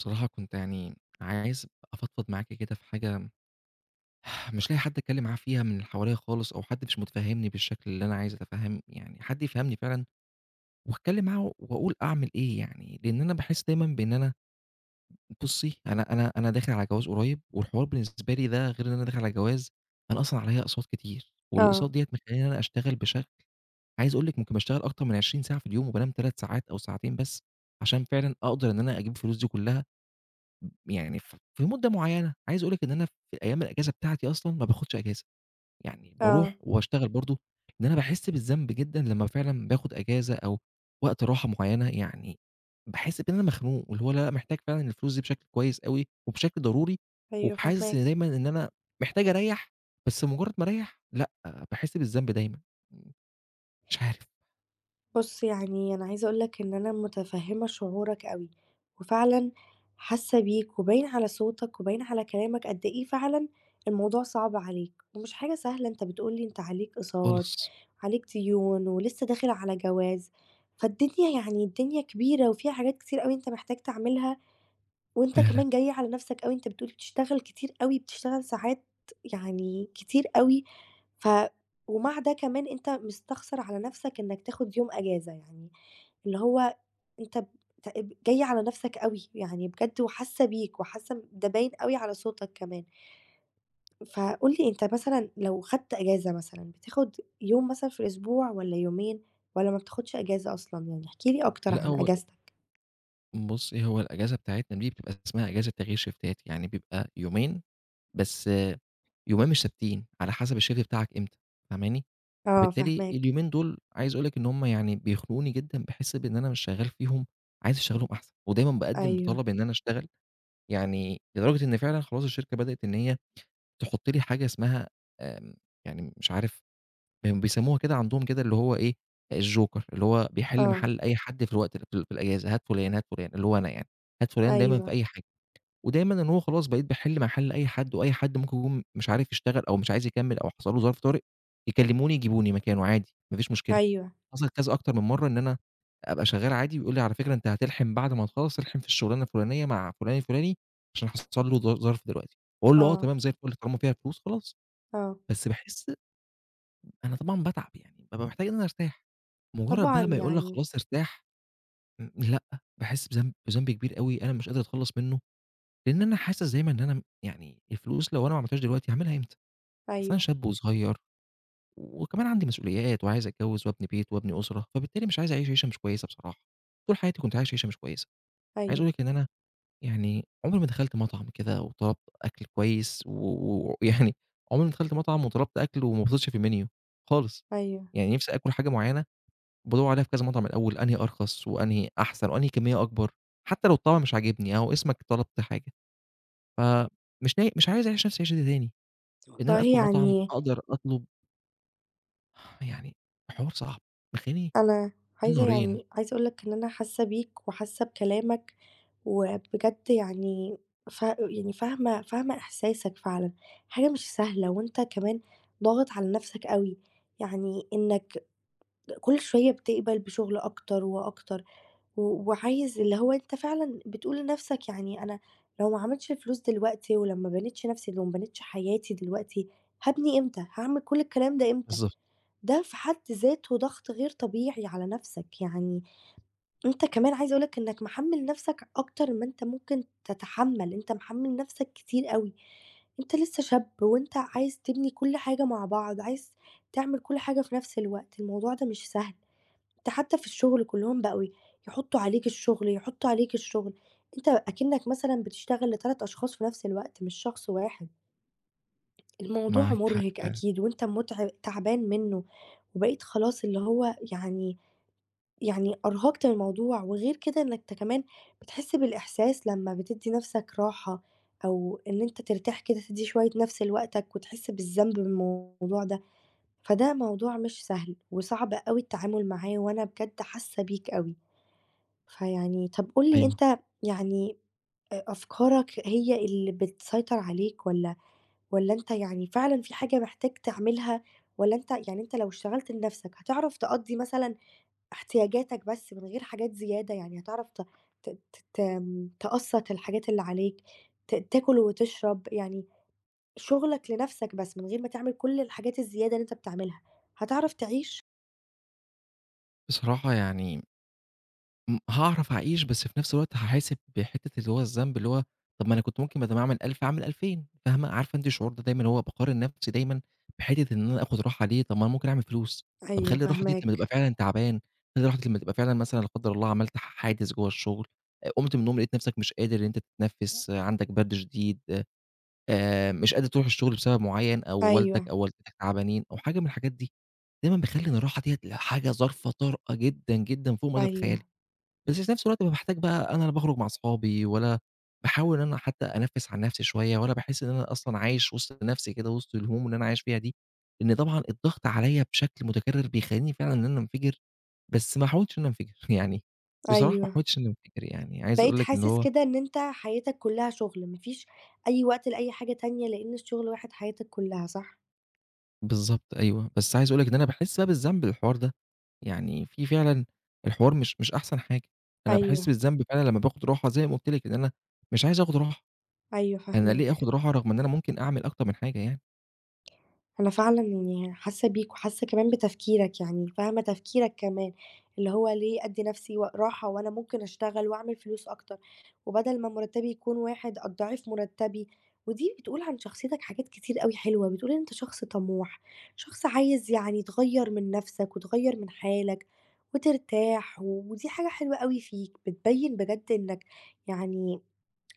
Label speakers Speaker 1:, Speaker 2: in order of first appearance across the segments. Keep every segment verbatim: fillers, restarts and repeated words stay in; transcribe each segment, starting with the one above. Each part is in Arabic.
Speaker 1: بصراحة كنت يعني عايز أفضفض معاكِ كده في حاجة. مش لاقي حد أتكلم معاه فيها من اللي حواليّا خالص، أو حد مش متفهمني بالشكل اللي أنا عايز أتفهم، يعني حد يفهمني فعلًا، وأتكلم معاه وأقول أعمل إيه يعني، لإن أنا باحس دايمًا بإن أنا بُصّي أنا أنا أنا داخل على جواز قريب، والحوار بالنسبة لي ده غير إن أنا داخل على جواز. أنا أصلًا عليّا أقساط كتير، والأقساط
Speaker 2: آه،
Speaker 1: ديّة مخلّياني إن أنا أشتغل بشكل، عايز أقول لِك ممكن باشتغل أكتر من عشرين ساعة في اليوم، وبانام ثلاث ساعات أو ساعتين بس، عشان فعلًا أقدر إن أنا أجيب الفلوس دي كلها. يعني ف في مدة معيّنة، عايز أقول لك إن أنا في أيام الأجازة بتاعتي أصلًا ما باخدش أجازة، يعني
Speaker 2: آه،
Speaker 1: باروح واشتغل برضه، لإن أنا باحس بالذنب جدًا لمّا فعلًا باخد أجازة أو وقت راحة معيّنة، يعني باحس بإن أنا مخنوق، واللي هو لأ، محتاج فعلًا الفلوس دي بشكل كويس أوي وبشكل ضروري.
Speaker 2: أيوه
Speaker 1: وحاسس إن
Speaker 2: فاهماك.
Speaker 1: دايمًا إن أنا محتاج أريّح، بس مجرد ما أريّح لأ، باحس بالذنب دايمًا، مش عارف.
Speaker 2: بُص، يعني أنا عايزة أقول لك إن أنا متفهِّمة شعورك أوي، وفعلًا حاسة بيك وباين على صوتك وباين على كلامك قد إيه فعلًا الموضوع صعب عليك، ومش حاجة سهلة. أنت بتقول لي أنت عليك أقساط،
Speaker 1: خالص.
Speaker 2: عليك ديون، ولسه داخل على جواز، فالدنيا يعني الدنيا كبيرة وفيها حاجات كتير أوي أنت محتاج تعملها وأنت
Speaker 1: فعلًا.
Speaker 2: كمان جاي على نفسك أوي، أنت بتقول بتشتغل كتير أوي، بتشتغل ساعات يعني كتير أوي، ف ومع ده كمان أنت مستخسر على نفسك إنك تاخد يوم أجازة، يعني اللي هو أنت ب ت جاي على نفسك أوي، يعني بجد وحاسة بيك وحاسة ده باين أوي على صوتك كمان، فقُل لي أنت مثلًا لو خدت أجازة مثلًا، بتاخد يوم مثلًا في الأسبوع والّا يومين والّا ما بتاخدش أجازة أصلًا؟ يعني احكِ لي أكتر
Speaker 1: لأ
Speaker 2: عن
Speaker 1: هو
Speaker 2: أجازتك.
Speaker 1: بُصّي، هو الأجازة بتاعتنا دي بتبقى اسمها أجازة تغيير شيفتات، يعني بيبقى يومين بس آه، يومين مش ثابتين، على حسب الShift بتاعك إمتى، فاهماني؟
Speaker 2: آه،
Speaker 1: فبالتالي
Speaker 2: فاهماك،
Speaker 1: اليومين دول عايز أقول لِك إن هم يعني بيخنقوني جدًا، باحس بإن أنا مش شغّال فيهم، عايز أشتغلهم أحسن، ودايمًا باقدّم
Speaker 2: أيوه،
Speaker 1: بطلب إن أنا أشتغل، يعني لدرجة إن فعلًا خلاص الشركة بدأت إن هي تحُط لي حاجة اسمها، آمم، يعني مش عارف كانوا بيسموها كده عندهم كده اللي هو إيه، الجوكر اللي هو بيحل
Speaker 2: آه،
Speaker 1: محل أي حد في الوقت في ال في الأجازة، هات فُلان، هات فُلان، اللي هو أنا يعني، هات فُلان دايمًا في
Speaker 2: أيوه،
Speaker 1: أي حاجة. ودايمًا إن هو خلاص بقيت باحل محل أي حد، وأي حد ممكن يكون مش عارف يشتغل أو مش عايز يكمّل أو حصل له ظرف طارئ، يكلّموني يجيبوني مكانه عادي، ما فيش مشكلة.
Speaker 2: أيوه.
Speaker 1: حصلت كذا أكتر من مرّة إن أنا أبقى شغّال عادي ويقول لي: "على فكرة أنت هتلحم بعد ما تخلّص تلحم في الشغلانة الفُلانية مع فُلان الفُلاني عشان حصل له ظ ظرف دلوقتي." أقول له: "آه
Speaker 2: آه،
Speaker 1: تمام زي الفل طالما فيها فلوس خلاص."
Speaker 2: آه،
Speaker 1: بس باحس أنا طبعًا باتعب يعني، بابقى محتاج إن أنا أرتاح. مجرّد
Speaker 2: طبعًا
Speaker 1: بقى ما يقول لك
Speaker 2: يعني
Speaker 1: خلاص ارتاح، م لأ، باحس بذنب بذنب كبير أوي أنا مش قادر أتخلّص منّه، لإن أنا حاسس دايمًا إن أنا م يعني الفلوس لو أنا ما عملتهاش دلوقتي هاعملها إمتى؟ أصل أنا
Speaker 2: أيوه،
Speaker 1: شاب وصغير، وكمان عندي مسؤوليات وعايز أتجوّز وأبني بيت وأبني أسرة، فبالتالي مش عايز أعيش عيشة مش كويسة بصراحة. طول حياتي كنت عايش عيشة مش كويسة. عايز أقول
Speaker 2: أيوه،
Speaker 1: لِك إن أنا يعني عمري ما دخلت مطعم كده وطلبت أكل كويس و ويعني عمري ما دخلت مطعم وطلبت أكل وما بصيتش في الmenu خالص.
Speaker 2: أيوه،
Speaker 1: يعني نِفْسي آكل حاجة معيّنة، بادوّر عليها في كذا مطعم الأول أنهي أرخص وأنهي أحسن وأنهي كمية أكبر، حتى لو الطعم مش عاجبني أهو اسمك طلبت حاجة. فمش ناي مش عايز أعيش نفس العيشة دي تاني، إن أنا
Speaker 2: والله
Speaker 1: أدخل مطعم
Speaker 2: يعني
Speaker 1: أقدر أطلب. يعني حوار صعب، مخلّيني
Speaker 2: أنا
Speaker 1: بين
Speaker 2: عايزة
Speaker 1: نارين.
Speaker 2: يعني عايزة أقول لك إن أنا حاسة بيك وحاسة بكلامك، وبجد يعني ف يعني فاهمة فاهمة إحساسك فعلًا، حاجة مش سهلة وأنت كمان ضاغط على نفسك أوي، يعني إنك كل شوية بتقبل بشغل أكتر وأكتر، و وعايز اللي هو أنت فعلًا بتقول لنَفْسك يعني أنا لو ما عملتش فلوس دلوقتي ولمّا بنيتش نَفْسي، لو ما بنيتش حياتي دلوقتي، هابني إمتى، هاعمل كل الكلام ده إمتى؟
Speaker 1: بالضبط.
Speaker 2: ده في حد ذاته ضغط غير طبيعي على نَفْسك، يعني أنت كمان عايزة أقول لك إنك محمِّل نَفْسك أكتر ما أنت ممكن تتحمَّل، أنت محمِّل نَفْسك كتير أوي، أنت لسه شاب وأنت عايز تبني كل حاجة مع بعض، عايز تعمل كل حاجة في نَفْس الوقت، الموضوع ده مش سهل. ده حتى في الشغل كلّهم بقوا يحطّوا عليك الشغل، يحطّوا عليك الشغل، أنت أكنّك مثلًا بتشتغل لثلاثة أشخاص في نفس الوقت مش شخص واحد، الموضوع
Speaker 1: معاكِ حق
Speaker 2: مرهق
Speaker 1: فعلًا.
Speaker 2: أكيد وأنت متعب تعبان منّه، وبقيت خلاص اللي هو يعني يعني أرهقت من الموضوع، وغير كده إنّك أنت كمان بتحس بالإحساس لمّا بتدّي نفسك راحة، أو إن أنت ترتاح كده تدّي شوية نفس لوقتك، وتحس بالذنب من الموضوع ده، فده موضوع مش سهل، وصعب أوي التعامل معاه، وأنا بجد حاسة بيك أوي. فيعني طَب قُل لي
Speaker 1: أيوه.
Speaker 2: أنت يعني أ أفكارك هي اللي بتسيطر عليك والّا والّا أنت يعني فعلًا في حاجة محتاج تعملها والّا أنت يعني أنت لو اشتغلت لنَفْسك هتعرف تقضّي مثلًا احتياجاتك بس من غير حاجات زيادة، يعني هتعرف ت ت ت تم تقسّط الحاجات اللي عليك، ت تاكل وتشرب، يعني شُغلك لنَفْسك بس من غير ما تعمل كل الحاجات الزيادة اللي أنت بتعملها، هتعرف تعيش؟
Speaker 1: بصراحة يعني امم، هاعرف أعيش، بس في نفس الوقت هاحاسب بحتّة اللي هو الذنب، اللي هو طب ما أنا كنت ممكن بدل ما أعمل ألف أعمل ألفين، فاهمة؟ عارفة أنتِ الشعور ده، دايمًا هو باقارن نفسي دايمًا بحتّة إن أنا آخُد راحة ليه؟ طب ما أنا ممكن أعمل فلوس، طب
Speaker 2: أيوه
Speaker 1: خلّي الراحة ديّة لمّا تبقى
Speaker 2: فاهماك،
Speaker 1: فعلًا تعبان، خلّي الراحة دي لمّا تبقى فعلًا مثلًا لا قدّر الله عملت ح حادث جوّه الشغل، آآ، قُمت من النوم لقيت نفسك مش قادر إن أنت تتنفّس، آه، عندك برد شديد، آآ، مش قادر تروح الشغل بسبب معيّن أو والدك
Speaker 2: أيوه،
Speaker 1: أو والدتك تعبانين أو حاجة من الحاجات دي. دايمًا باخلّي إن الراحة ديّة ل حاجة ظرف طارئة جدًا، جدًا فوق ما
Speaker 2: أيوه،
Speaker 1: تتخيّلي. بس في نفس الوقت بابقى باحتاج بقى، أنا لا باخرج مع أصحابي ولا باحاول إن أنا حتى أنفِّس عن نفسي شوية، ولا باحس إن أنا أصلًا عايش وسط نفسي كده، وسط الهموم اللي أنا عايش فيها دي، لإن طبعًا الضغط عليّا بشكل متكرر بيخلّيني فعلًا إن أنا أنفجر، بس ما حاولتش إن أنا أنفجر يعني بصراحة ما
Speaker 2: أيوه.
Speaker 1: حاولتش إن أنا أنفجر يعني، عايز
Speaker 2: بقيت
Speaker 1: أقول لك إن
Speaker 2: حاسس
Speaker 1: هو،
Speaker 2: كده إن أنت حياتك كلّها شغل، ما فيش أي وقت لأي حاجة تانية، لإن الشغل واخد حياتك كلّها، صح؟
Speaker 1: بالضبط أيوه. بس عايز أقول لك إن أنا باحس بقى بالذنب للحوار ده، يعني في فعلًا الحوار مش مش أحسن حاجة، أنا باحس
Speaker 2: أيوه،
Speaker 1: بالذنب فعلًا لمّا باخد راحة زي ما قُلت لِك إن أنا مش عايز آخد راحة.
Speaker 2: أيوه
Speaker 1: أنا ليه آخُد
Speaker 2: فاهماك.
Speaker 1: راحة رغم إن أنا ممكن أعمل أكتر من حاجة يعني؟
Speaker 2: أنا فعلًا يعني حاسة بيك وحاسة كمان بتفكيرك، يعني فاهمة تفكيرك كمان، اللي هو ليه أدّي نفسي و راحة وأنا ممكن أشتغل وأعمل فلوس أكتر، وبدل ما مرتبي يكون واحد أضاعف مرتبي، ودي بتقول عن شخصيتك حاجات كتير أوي حلوة، بتقول إن أنت شخص طموح، شخص عايز يعني تغيّر من نفسك وتغيّر من حالك وترتاح، ودي حاجة حلوة أوي فيك، بتبين بجد إنك يعني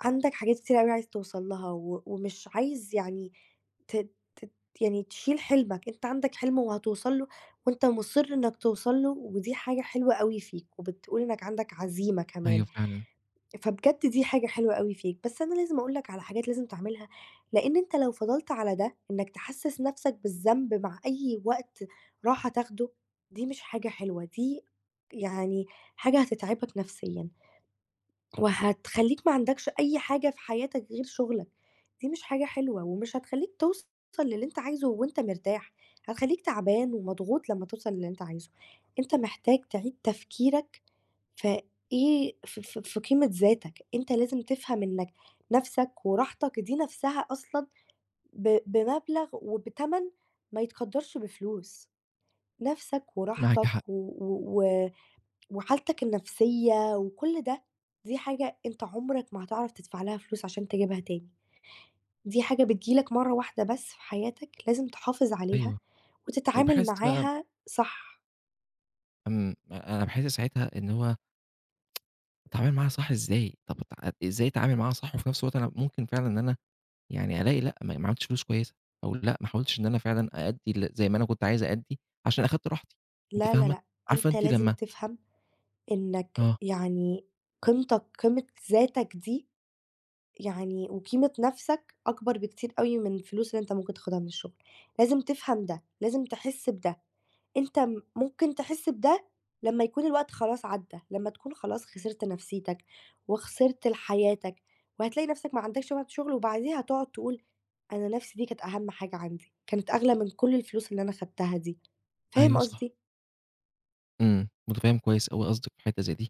Speaker 2: عندك حاجات كتير أوي عايز توصل لها، و ومش عايز يعني ت ت يعني تشيل حلمك، أنت عندك حلم وهتوصل له وأنت مُصِر إنك توصل له، ودي حاجة حلوة أوي فيك، وبتقول إنك عندك عزيمة كمان،
Speaker 1: أيوه فعلًا.
Speaker 2: فبجد دي حاجة حلوة أوي فيك، بس أنا لازم أقول لك على حاجات لازم تعملها، لإن أنت لو فضلت على ده، إنك تحسِّس نفسك بالذنب مع أي وقت راحة تاخده، دي مش حاجة حلوة، دي يعني حاجة هتتعبك نفسيًا. وهتخلّيك ما عندكش أي حاجة في حياتك غير شغلك، دي مش حاجة حلوة، ومش هتخلّيك توصل للي أنت عايزه وأنت مرتاح، هتخلّيك تعبان ومضغوط لمّا توصل للي أنت عايزه. أنت محتاج تعيد تفكيرك في إيه في في في قيمة ذاتك، أنت لازم تفهم إنك نَفْسك وراحتك دي نَفْسها أصلًا ب بمبلغ وبتَمَن ما يتقدّرش بفلوس، نَفْسك
Speaker 1: معاك حق.
Speaker 2: وراحتك و و و وحالتك النفسية وكل ده، دي حاجة أنت عمرك ما هتعرف تدفع لها فلوس عشان تجيبها تاني، دي حاجة بتيجي لك مرّة واحدة بس في حياتك، لازم تحافظ عليها
Speaker 1: أيوه.
Speaker 2: وتتعامل
Speaker 1: وباحس بقى
Speaker 2: معاها صح،
Speaker 1: إمم، أنا باحس ساعتها إن هو أتعامل معاها صح إزاي؟ طَب أت إزاي أتعامل معاها صح وفي نفس الوقت أنا ممكن فعلًا إن أنا يعني ألاقي لأ، ما ما عملتش فلوس كويسة، أو لأ، ما حاولتش إن أنا فعلًا أأدّي ال زي ما أنا كنت عايز أأدّي عشان أخدت راحتي، أنتِ
Speaker 2: لا، لا،
Speaker 1: فاهمة؟
Speaker 2: لأ،
Speaker 1: عارفة
Speaker 2: أنت
Speaker 1: أنتِ
Speaker 2: لازم
Speaker 1: لمّا،
Speaker 2: تفهم إنك
Speaker 1: آه،
Speaker 2: يعني قيمتك، قيمة ذاتك دي يعني وقيمة نَفْسك أكبر بكتير أوي من الفلوس اللي أنت ممكن تاخدها من الشغل، لازم تفهم ده، لازم تحس بده، أنت م ممكن تحس بده لمّا يكون الوقت خلاص عدّى، لمّا تكون خلاص خسرت نَفْسيتك وخسرت ال حياتك، وهتلاقي نَفْسك ما عندكش وقت شغل، وبعديها هتقعد تقول أنا نَفْسي دي كانت أهم حاجة عندي، كانت أغلى من كل الفلوس اللي أنا خدتها دي،
Speaker 1: أيوه
Speaker 2: فاهم
Speaker 1: صح.
Speaker 2: قصدي؟
Speaker 1: إمم، متفهِّم كويس أوي قصدِك في حتّة زي دي.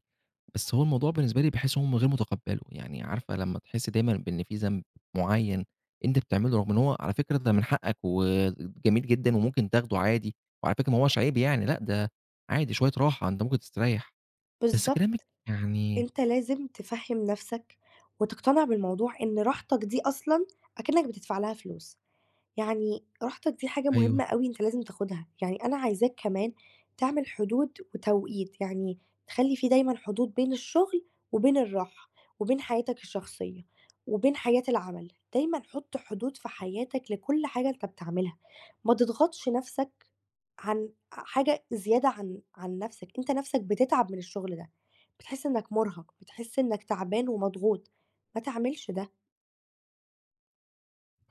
Speaker 1: بس هو الموضوع بالنسبة لي باحس هو غير متقبّله، يعني عارفة لمّا تحسّي دايمًا بإن في ذنب معيّن أنتِ بتعمله رغم إن هو على فكرة ده من حقك وجميل جدًا وممكن تاخده عادي، وعلى فكرة ما هوّاش عيب يعني لأ، ده عادي شوية راحة أنت ممكن تستريّح، بس كلامِك
Speaker 2: بالضبط،
Speaker 1: يعني،
Speaker 2: أنت لازم تفهِّم نَفْسك وتقتنع بالموضوع إن راحتك دي أصلًا أكنّك بتدفع لها فلوس. يعني راحتك دي حاجة
Speaker 1: أيوه،
Speaker 2: مهمة أوي أنت لازم تاخدها، يعني أنا عايزاك كمان تعمل حدود وتوقيت، يعني تخلّي في دايمًا حدود بين الشغل وبين الراحة، وبين حياتك الشخصية، وبين حياة العمل، دايمًا حُط حدود في حياتك لكل حاجة أنت بتعملها، ما تضغطش نفسك عن حاجة زيادة عن عن نفسك، أنت نفسك بتتعب من الشغل ده، بتحس إنك مُرهق، بتحس إنك تعبان ومضغوط، ما تعملش ده،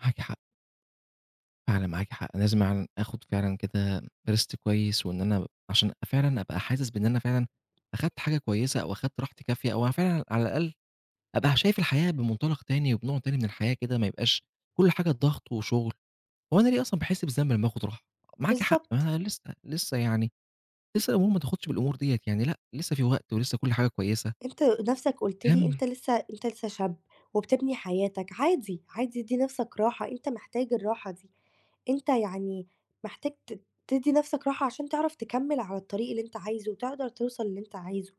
Speaker 1: معاكِ حق. فعلًا معاكِ حق، أنا لازم فعلًا آخُد فعلًا كده rest كويس وإن أنا عشان فعلًا أبقى حاسس بإن أنا فعلًا أخدت حاجة كويسة أو أخدت راحتي كافية أو أنا فعلًا على الأقل أبقى شايف الحياة بمنطلق تاني وبنوع تاني من الحياة كده، ما يبقاش كل حاجة ضغط وشغل. هو أنا ليه أصلًا باحس بالذنب لمّا آخد راحة؟ معاكِ حق،
Speaker 2: بالضبط.
Speaker 1: ما أنا لسه لسه يعني لسه الأمور ما تاخدش بالأمور ديّة، يعني لأ، لسه في وقت ولسه كل حاجة كويسة.
Speaker 2: أنت نَفْسك قُلت لي
Speaker 1: كلام
Speaker 2: أنت لسه أنت لسه شاب وبتبني حياتك، عادي، عادي ادّي نَفْسك راحة، أنت محتاج الراحة دي، أنت يعني محتاج ت تدّي نَفْسك راحة عشان تعرف تكمّل على الطريق اللي أنت عايزه وتقدر توصل للي أنت عايزه.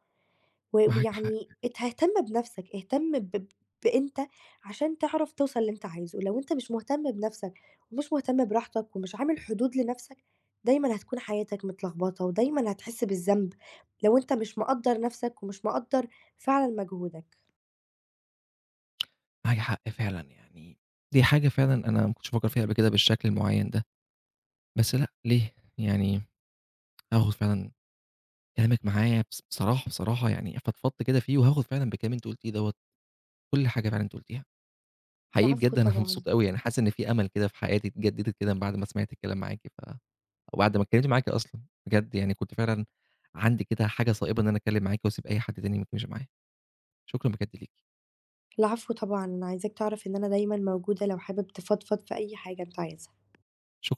Speaker 2: و
Speaker 1: معاكِ حق.
Speaker 2: ويعني ات اهتم بنفسك، اهتم ب ب بأنت عشان تعرف توصل للي أنت عايزه، لو أنت مش مهتم بنفسك ومش مهتم براحتك ومش عامل حدود لنفسك، دايمًا هتكون حياتك متلخبطة ودايمًا هتحس بالذنب لو أنت مش مقدّر نفسك ومش مقدّر فعلًا مجهودك.
Speaker 1: معاكِ حق فعلًا، يعني دي حاجة فعلًا أنا ما كنتش بافكر فيها قبل كده بالشكل المعيّن ده، بس لأ ليه؟ يعني هاخد فعلًا كلامِك معايا، بص بصراحة، بصراحة يعني فضفضت كده فيه، وهاخد فعلًا بكلام أنتِ قُلتيه دوّة، كل حاجة فعلًا أنتِ قُلتيها. حقيقي
Speaker 2: العفو
Speaker 1: بجد أنا
Speaker 2: طبعًا،
Speaker 1: مبسوط أوي، يعني حاسس إن في أمل كده في حياتي اتجددت كده من بعد ما سمعت الكلام معاكِ، ف وبعد ما اتكلمت معاكِ أصلًا، بجد يعني كنت فعلًا عندي كده حاجة صائبة إن أنا أتكلم معاكِ وأسيب أي حد تاني ما يتكلمش معايا، شكرًا بجد ليكِ،
Speaker 2: العفو طبعًا، أنا عايزاك تعرف إن أنا دايمًا موجودة لو حابب تفضفض في أي حاجة أنت عايزها.
Speaker 1: شكرًا